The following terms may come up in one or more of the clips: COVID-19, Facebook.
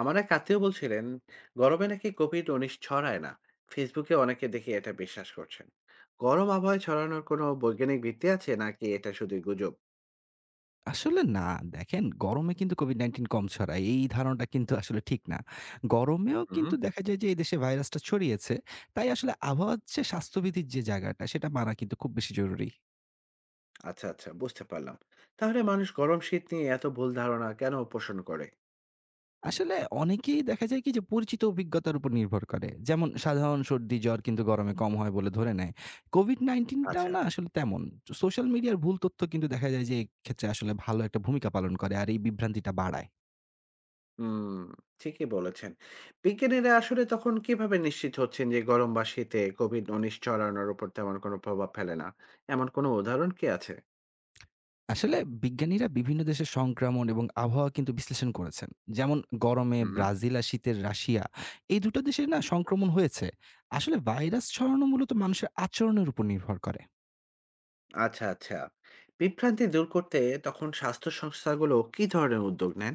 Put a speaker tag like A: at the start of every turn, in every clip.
A: আমার এক আত্মীয় বলছিলেন, গরমে নাকি COVID-19 ছড়ায় না। ফেসবুকে অনেকে দেখি এটা বিশ্বাস করছেন। গরম আবহাওয়ায় ছড়ানোর কোনো বৈজ্ঞানিক ভিত্তি আছে, নাকি এটা শুধু গুজব?
B: আসলে না। দেখেন গরমে কিন্তু COVID-19 কম ছড়ায়। এই ধারণাটা কিন্তু আসলে ঠিক না। গরমেও
A: হুম।
B: কিন্তু দেখা যায় যে এদেশে ভাইরাসটা ছড়িয়েছে। তাই আসলে আবহাওয়ার যে স্বাস্থ্যবিধির যে জায়গাটা সেটা মানা কিন্তু খুব বেশি জরুরি।
A: আচ্ছা আচ্ছা, বুঝতে পারলাম। তাহলে মানুষ গরম শীত নিয়ে এত ভুল ধারণা কেন পোষণ করে?
B: আসলে অনেকেই দেখা যায় কি যে পরিচিত অভিজ্ঞতার উপর নির্ভর করে। যেমন সাধারণ সর্দি জ্বর কিন্তু গরমে কম হয় বলে ধরে নেয়। COVID-19 টাও
A: আচ্ছা।
B: না আসলে তেমন। সোশ্যাল মিডিয়ার ভুল তথ্য কিন্তু দেখা যায় যে এক্ষেত্রে আসলে ভালো একটা ভূমিকা পালন করে আর এই বিভ্রান্তিটা বাড়ায়।
A: হুম, ঠিকই বলেছেন। বিজ্ঞানীরা আসলে তখন কিভাবে নিশ্চিত হচ্ছেন যে গরম বা শীতে COVID-19 ছড়ানোর উপর তেমন কোনো প্রভাব ফেলে না? এমন কোনো উদাহরণ কি আছে?
B: আসলে বিজ্ঞানীরা বিভিন্ন দেশের সংক্রমণ এবং আবহাওয়া কিন্তু বিশ্লেষণ করেছেন, যেমন গরমে ব্রাজিল আর শীতের রাশিয়া, এই দুটো দেশে না সংক্রমণ হয়েছে। আসলে ভাইরাস ছড়ানো মূলত মানুষের আচরণের উপর নির্ভর করে।
A: আচ্ছা, আচ্ছা। বিভ্রান্তি দূর করতে তখন স্বাস্থ্য সংস্থাগুলো কি ধরনের উদ্যোগ নেন?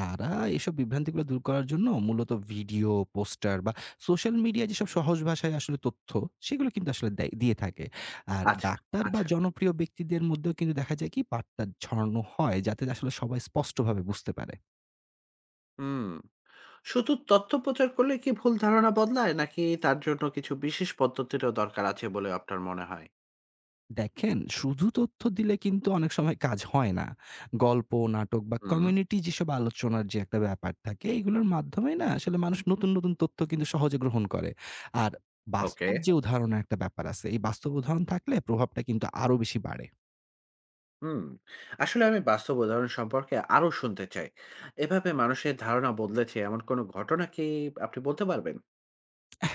B: তারা এসব বিভ্রান্তিগুলো দূর করার জন্য মূলত ভিডিও পোস্টার বা সোশ্যাল মিডিয়া যেসব সহজ ভাষায় আসলে তথ্য সেগুলো কিন্তু আসলে দিয়ে থাকে। আর
A: আচ্ছা,
B: ডাক্তার বা
A: আচ্ছা।
B: জনপ্রিয় ব্যক্তিদের মধ্যেও কিন্তু দেখা যায় কি বার্তা ছড়ানো হয় যাতে আসলে সবাই স্পষ্টভাবে বুঝতে পারে।
A: হুম। শুধু তথ্য প্রচার করলে কি ভুল ধারণা বদলায়, নাকি তার জন্য কিছু বিশেষ পদ্ধতিরও দরকার আছে বলে আপনার মনে হয়?
B: দেখেন, শুধু তথ্য দিলে কিন্তু অনেক সময় কাজ হয় না। গল্প, নাটক বা
A: হুম।
B: কমিউনিটি যেসব আলোচনার যে একটা ব্যাপার থাকে, এগুলোর মাধ্যমেই না আসলে মানুষ নতুন, নতুন তথ্য কিন্তু সহজে গ্রহণ করে। আর
A: ওকে।
B: বাস্তব যে উদাহরণের একটা ব্যাপার আছে, এই বাস্তব উদাহরণ থাকলে প্রভাবটা কিন্তু আরো বেশি বাড়ে।
A: হুম। আসলে আমি বাস্তব উদাহরণ সম্পর্কে আরো শুনতে চাই। এভাবে মানুষের ধারণা বদলেছে এমন কোনো ঘটনা কি আপনি বলতে পারবেন?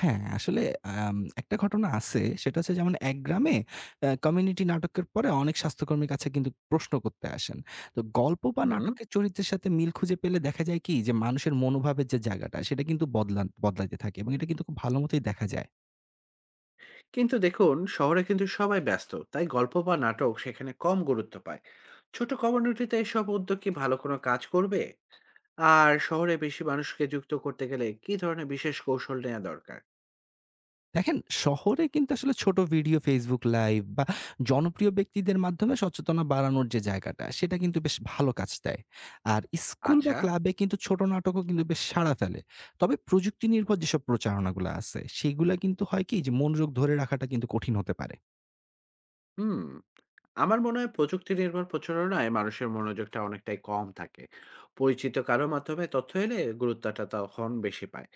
B: হ্যাঁ, আসলে আম একটা ঘটনা আছে। সেটা হচ্ছে যেমন এক গ্রামে কমিউনিটি নাটকের পরে অনেক স্বাস্থ্যকর্মীর কাছে কিন্তু প্রশ্ন করতে আসেন। তো গল্প বা
A: হুম।
B: নাটকের চরিত্রের সাথে মিল খুঁজে পেলে দেখা যায় কি যে মানুষের মনোভাবের যে জায়গাটা সেটা কিন্তু বদলাতে থাকে এবং এটা কিন্তু খুব ভালো মতোই দেখা যায়।
A: কিন্তু দেখুন, শহরে কিন্তু সবাই ব্যস্ত, তাই গল্প বা নাটক সেখানে কম গুরুত্ব পায়। ছোট কমিউনিটিতে এসব উদ্যোগ কি ভালো কোনো কাজ করবে? আর শহরে বেশি মানুষকে যুক্ত করতে গেলে কি ধরনের বিশেষ কৌশল নেওয়া দরকার?
B: দেখেন, শহরে কিন্তু আসলে ছোট ভিডিও, Facebook লাইভ বা জনপ্রিয় ব্যক্তিদের মাধ্যমে সচেতনা বাড়ানোর যে জায়গাটা, সেটা কিন্তু বেশ ভালো কাজ দেয়। আর স্কুল বা
A: আচ্ছা।
B: ক্লাবে কিন্তু ছোট নাটকও কিন্তু বেশ সাড়া ফেলে। তবে প্রযুক্তি নির্ভর যেসব প্রচারণাগুলা আছে, সেগুলা কিন্তু হয় কি যে মনোযোগ ধরে রাখাটা কিন্তু কঠিন হতে পারে।
A: হুম। আমার মনে হয় প্রযুক্তি নির্ভর প্রচারণায় মানুষের মনোযোগটা অনেকটাই কম থাকে। পরিচিত কারো মাধ্যমে তথ্য এলে গুরুত্বটা তখন বেশি পায়।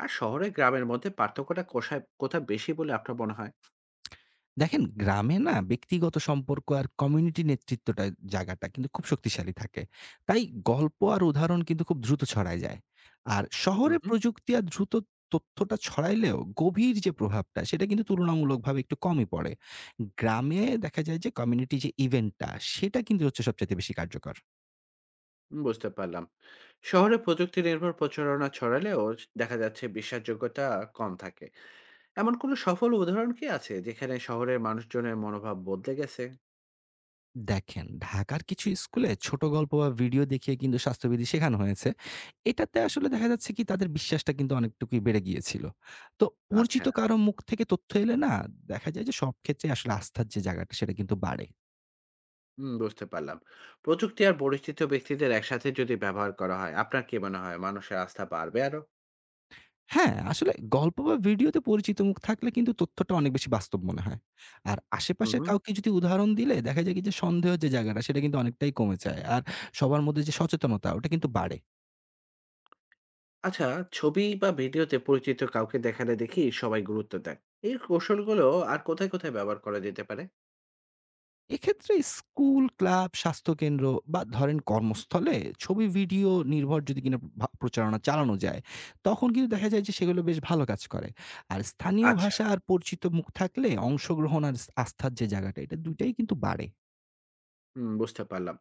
A: আর শহরে গ্রামের মধ্যে পার্থক্যটা কোথায় কোথায় বেশি বলে আপনার মনে
B: দেখেন, গ্রামে না ব্যক্তিগত সম্পর্ক আর কমিউনিটি নেতৃত্বটা, জায়গাটা কিন্তু খুব শক্তিশালী থাকে। তাই গল্প আর উদাহরণ কিন্তু খুব দ্রুত ছড়ায় যায়। আর শহরে
A: হয়?
B: প্রযুক্তি আর দ্রুত তথ্যটা ছড়াইলেও গভীর যে প্রভাবটা সেটা কিন্তু তুলনামূলকভাবে একটু কমই পড়ে। গ্রামে দেখা যায় যে কমিউনিটি যে ইভেন্টটা, সেটা কিন্তু হচ্ছে সবচেয়ে বেশি কার্যকর।
A: বুঝতে পারলাম। শহরে প্রযুক্তি নির্ভর প্রচারণা ছড়ালেও দেখা যাচ্ছে বিশ্বাসযোগ্যতা কম থাকে। এমন কোনো সফল উদাহরণ কি আছে যেখানে শহরের মানুষজনের মনোভাব বদলে গেছে?
B: দেখেন, ঢাকার কিছু স্কুলে ছোট গল্প বা ভিডিও দেখিয়ে কিন্তু স্বাস্থ্যবিধি শেখানো হয়েছে। এটাতে আসলে দেখা যাচ্ছে কি তাদের বিশ্বাসটা কিন্তু অনেকটুকুই বেড়ে গিয়েছিল। তো
A: আচ্ছা।
B: পরিচিত কারো মুখ থেকে তথ্য এলে না দেখা যায় যে সব ক্ষেত্রে আসলে আস্থার যে জায়গাটা সেটা কিন্তু বাড়ে।
A: হুম, বুঝতে পারলাম। প্রযুক্তি আর পরিচিত ব্যক্তিদের একসাথে যদি ব্যবহার করা হয়, আপনার কি মনে হয় মানুষের আস্থা বাড়বে আরো?
B: হ্যাঁ, আসলে গল্প বা ভিডিওতে পরিচিত মুখ থাকলে কিন্তু তথ্যটা অনেক বেশি বাস্তব মনে হয়। আর আশেপাশের
A: হুম।
B: কাউকে যদি উদাহরণ দিলে দেখা যায় কি যে সন্দেহের যে জায়গাটা সেটা কিন্তু অনেকটাই কমে যায়। আর সবার মধ্যে যে সচেতনতা ওটা কিন্তু বাড়ে।
A: আচ্ছা। ছবি বা ভিডিওতে পরিচিত কাউকে দেখালে দেখি সবাই গুরুত্ব দেয়। এই কৌশলগুলো আর কোথায় কোথায় ব্যবহার করা যেতে পারে?
B: এক্ষেত্রে স্কুল, ক্লাব, স্বাস্থ্যকেন্দ্র বা ধরেন কর্মস্থলে ছবি, ভিডিও নির্ভর যদি কিনা প্রচারণা চালানো যায়, তখন কিন্তু দেখা যায় যে সেগুলো বেশ ভালো কাজ করে। আর স্থানীয়
A: আচ্ছা।
B: ভাষা আর পরিচিত মুখ থাকলে অংশগ্রহণ আর আস্থার যে জায়গাটা, এটা ২ টাই কিন্তু বাড়ে।
A: হুম, বুঝতে পারলাম।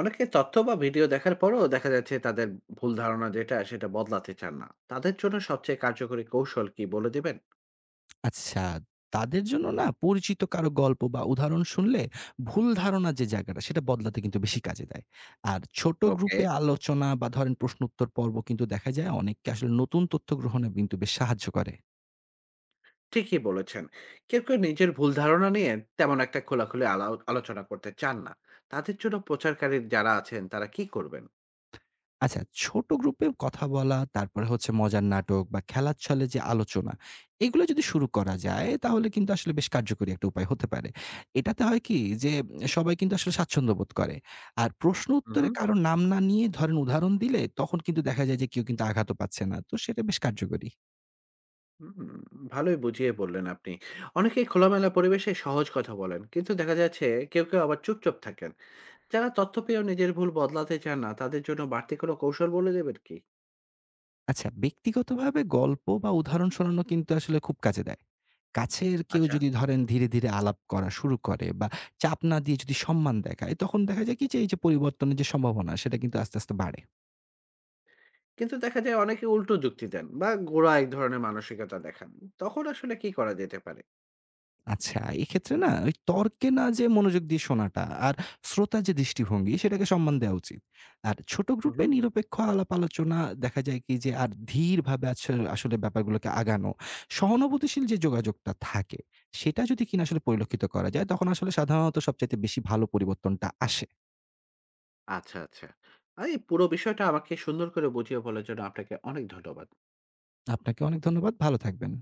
A: অনেকে তথ্য বা ভিডিও দেখার পরও দেখা যাচ্ছে তাদের ভুল ধারণা যেটা সেটা বদলাতে চান না। তাদের জন্য সবচেয়ে কার্যকরী কৌশল কি বলে দিবেন?
B: আচ্ছা, তাদের জন্য না পরিচিত কারো গল্প বা উদাহরণ শুনলে ভুল ধারণা যে জায়গাটা, সেটা বদলাতে কিন্তু বেশি কাজে দেয়। আর ছোট
A: ওকে।
B: গ্রুপে আলোচনা বা ধরেন প্রশ্ন উত্তর পর্ব কিন্তু দেখা যায় অনেককে আসলে নতুন তথ্য গ্রহণে কিন্তু বেশ সাহায্য করে।
A: ঠিকই বলেছেন। কেউ, কেউ নিজের ভুল ধারণা নিয়ে তেমন একটা খোলাখুলি আলোচনা করতে চান না। তাদের জন্য প্রচারকারী যারা আছেন তারা কি করবেন?
B: আচ্ছা, ছোট গ্রুপে কথা বলা, তারপরে হচ্ছে মজার নাটক বা খেলার ছলে যে আলোচনা, এগুলো যদি শুরু করা যায় তাহলে কিন্তু আসলে বেশ কার্যকরী একটা উপায় হতে পারে। এটাতে হয় কি যে সবাই কিন্তু আসলে স্বাচ্ছন্দ্য বোধ করে। আর প্রশ্ন উত্তরে
A: উহুম।
B: কারো নাম না নিয়ে ধরেন উদাহরণ দিলে তখন কিন্তু দেখা যায় যে কেউ কিন্তু আঘাতও পাচ্ছে না। তো সেটা বেশ কার্যকরী।
A: হুম। ভালোই বুঝিয়ে বললেন আপনি। অনেকেই খোলামেলা পরিবেশে সহজ কথা বলেন। কিন্তু দেখা যাচ্ছে কেউ, কেউ আবার চুপচাপ থাকেন। যারা তথ্য পেয়েও নিজের ভুল বদলাতে চান না তাদের জন্য বাড়তি কোনো কৌশল বলে দেবেন কি?
B: আচ্ছা, ব্যক্তিগতভাবে গল্প বা উদাহরণ শোনানো কিন্তু আসলে খুব কাজে দেয়। কাছের কেউ
A: আচ্ছা।
B: যদি ধরেন ধীরে, ধীরে আলাপ করা শুরু করে বা চাপ না দিয়ে যদি সম্মান দেখায়, তখন দেখা যায় কি যে এই যে পরিবর্তনের যে সম্ভাবনা সেটা কিন্তু আস্তে, আস্তে বাড়ে।
A: কিন্তু দেখা যায় অনেকে উল্টো যুক্তি দেন বা গোঁড়া এক ধরনের মানসিকতা দেখান। তখন আসলে কি করা যেতে পারে?
B: আচ্ছা, এক্ষেত্রে না ওই তর্কে না যেয়ে মনোযোগ দিয়ে শোনাটা আর শ্রোতার যে দৃষ্টিভঙ্গি সেটাকে সম্মান দেওয়া উচিত। আর ছোট
A: হু,
B: গ্রুপে
A: হুম।
B: নিরপেক্ষ আলাপ আলোচনা দেখা যায় কি যে আর ধীরভাবে আসলে ব্যাপারগুলোকে আগানো। সহানুভূতিশীল যে যোগাযোগটা থাকে সেটা যদি কিনা আসলে পরিলক্ষিত করা যায় তখন আসলে সাধারণত সবচাইতে বেশি ভালো পরিবর্তনটা আসে।
A: আচ্ছা, আচ্ছা। আর এই পুরো বিষয়টা আমাকে সুন্দর করে বুঝিয়ে বলার জন্য আপনাকে অনেক ধন্যবাদ।
B: আপনাকে অনেক ধন্যবাদ। ভালো থাকবেন।